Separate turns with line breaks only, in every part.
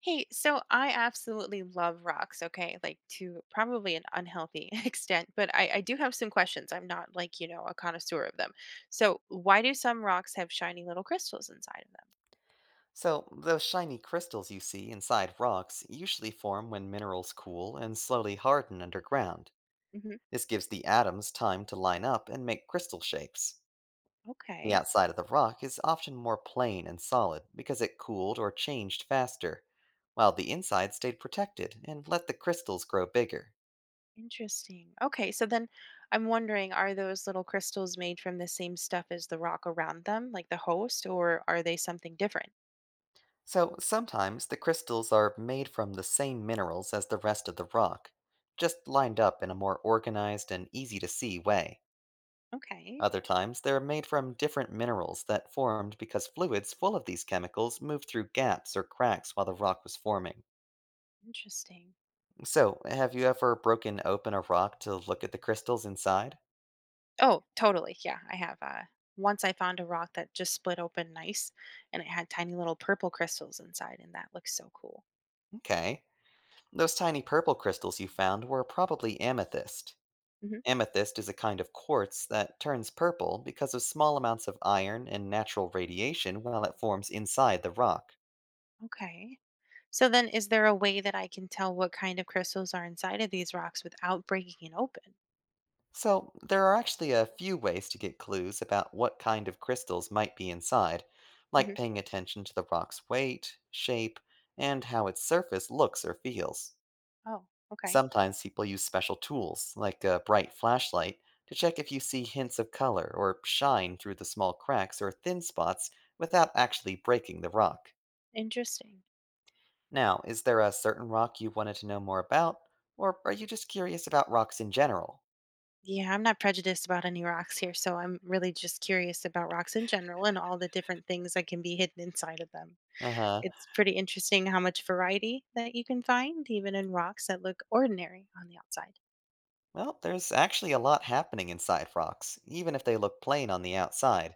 Hey, so I absolutely love rocks, okay? Like to probably an unhealthy extent, but I do have some questions. I'm not like, a connoisseur of them. So, why do some rocks have shiny little crystals inside of them?
So, those shiny crystals you see inside rocks usually form when minerals cool and slowly harden underground.
Hmm.
This gives the atoms time to line up and make crystal shapes. The
Okay,
outside of the rock is often more plain and solid because it cooled or changed faster, while the inside stayed protected and let the crystals grow bigger.
interesting. Okay, so then I'm wondering are those little crystals made from the same stuff as the rock around them, like the host, or are they something different?
So, sometimes the crystals are made from the same minerals as the rest of the rock, just lined up in a more organized and easy to see way.
Okay,
Other times, they're made from different minerals that formed because fluids full of these chemicals moved through gaps or cracks while the rock was forming.
interesting.
So, have you ever broken open a rock to look at the crystals inside?
Oh, totally. Yeah, I have. Once I found a rock that just split open nice, and it had tiny little purple crystals inside, and that looks so cool.
Okay. Those tiny purple crystals you found were probably amethyst.
Hmm.
Amethyst is a kind of quartz that turns purple because of small amounts of iron and natural radiation while it forms inside the rock.
Okay. So then, is there a way that I can tell what kind of crystals are inside of these rocks without breaking it open?
So, there are actually a few ways to get clues about what kind of crystals might be inside,
Hmm.
like paying attention to the rock's weight, shape, and how its surface looks or feels.
Oh, okay.
Sometimes people use special tools, like a bright flashlight, to check if you see hints of color or shine through the small cracks or thin spots without actually breaking the rock.
Interesting.
Now, is there a certain rock you wanted to know more about, or are you just curious about rocks in general?
Yeah, I'm not prejudiced about any rocks here, so I'm really just curious about rocks in general and all the different things that can be hidden inside of them.
Uh huh.
It's pretty interesting how much variety that you can find even in rocks that look ordinary on the outside.
Well, there's actually a lot happening inside rocks, even if they look plain on the outside,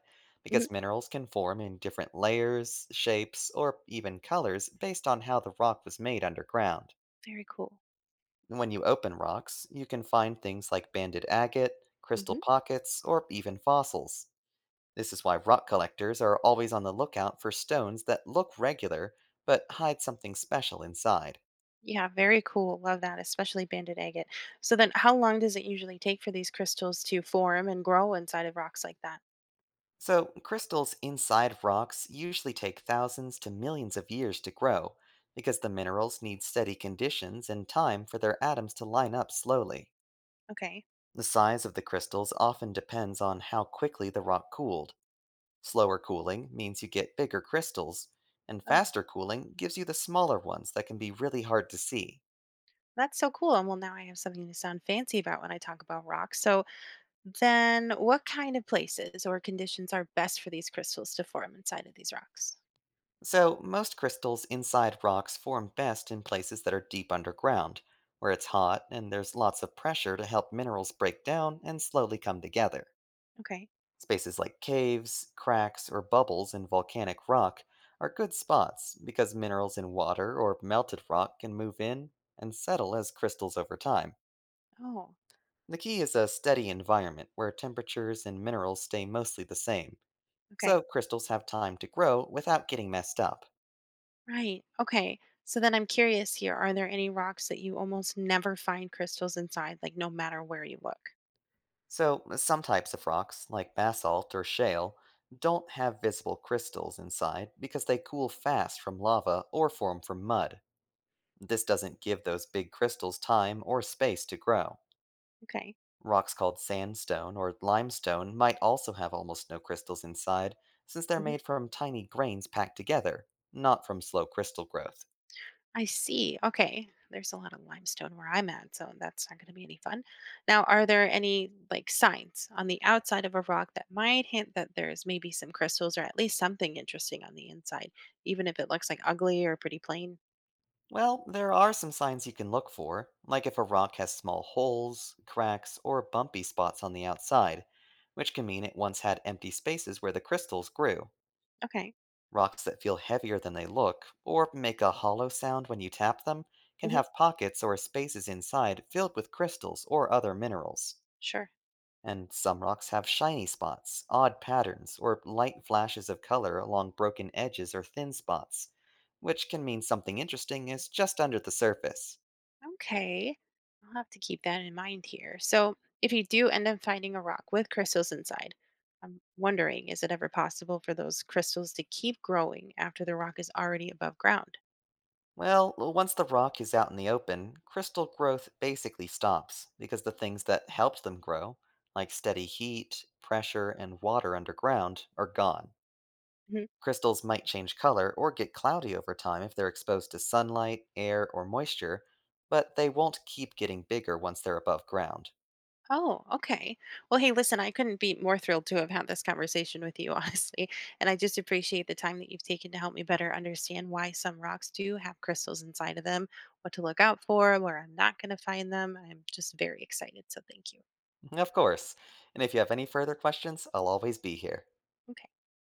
Mhm.
because minerals can form in different layers, shapes, or even colors based on how the rock was made underground.
Very cool.
When you open rocks, you can find things like banded agate, crystal
Mhm.
pockets, or even fossils. This is why rock collectors are always on the lookout for stones that look regular but hide something special inside.
Yeah, very cool. Love that, especially banded agate. So then how long does it usually take for these crystals to form and grow inside of rocks like that?
So, crystals inside rocks usually take thousands to millions of years to grow because the minerals need steady conditions and time for their atoms to line up slowly.
Okay.
The size of the crystals often depends on how quickly the rock cooled. Slower cooling means you get bigger crystals, and
Oh.
faster cooling gives you the smaller ones that can be really hard to see.
That's so cool. And well, now I have something to sound fancy about when I talk about rocks. So then what kind of places or conditions are best for these crystals to form inside of these rocks?
So, most crystals inside rocks form best in places that are deep underground, where it's hot and there's lots of pressure to help minerals break down and slowly come together.
Okay.
Spaces like caves, cracks, or bubbles in volcanic rock are good spots because minerals in water or melted rock can move in and settle as crystals over time.
Oh,
The key is a steady environment where temperatures and minerals stay mostly the same,
okay.
so crystals have time to grow without getting messed up.
Right. Okay. So then I'm curious here. Are there any rocks that you almost never find crystals inside, like no matter where you look?
So, some types of rocks, like basalt or shale, don't have visible crystals inside because they cool fast from lava or form from mud. This doesn't give those big crystals time or space to grow.
Okay.
Rocks called sandstone or limestone might also have almost no crystals inside, since they're
Hmm.
made from tiny grains packed together, not from slow crystal growth.
I see. Okay. There's a lot of limestone where I'm at, so that's not going to be any fun. Now, are there any like signs on the outside of a rock that might hint that there's maybe some crystals or at least something interesting on the inside, even if it looks like ugly or pretty plain?
Well, there are some signs you can look for, like if a rock has small holes, cracks, or bumpy spots on the outside, which can mean it once had empty spaces where the crystals grew.
Okay.
Rocks that feel heavier than they look, or make a hollow sound when you tap them, can
Hmm.
have pockets or spaces inside filled with crystals or other minerals.
Sure.
And some rocks have shiny spots, odd patterns, or light flashes of color along broken edges or thin spots, which can mean something interesting is just under the surface.
Okay. I'll have to keep that in mind here. So, if you do end up finding a rock with crystals inside, I'm wondering is it ever possible for those crystals to keep growing after the rock is already above ground?
Well, once the rock is out in the open, crystal growth basically stops because the things that helped them grow, like steady heat, pressure, and water underground, are gone.
Mm-hmm.
Crystals might change color or get cloudy over time if they're exposed to sunlight, air, or moisture, but they won't keep getting bigger once they're above ground.
Oh, okay. Well, hey, listen, I couldn't be more thrilled to have had this conversation with you, honestly. And I just appreciate the time that you've taken to help me better understand why some rocks do have crystals inside of them, what to look out for, where I'm not going to find them. I'm just very excited. So thank you.
Of course. And if you have any further questions, I'll always be here.
Okay.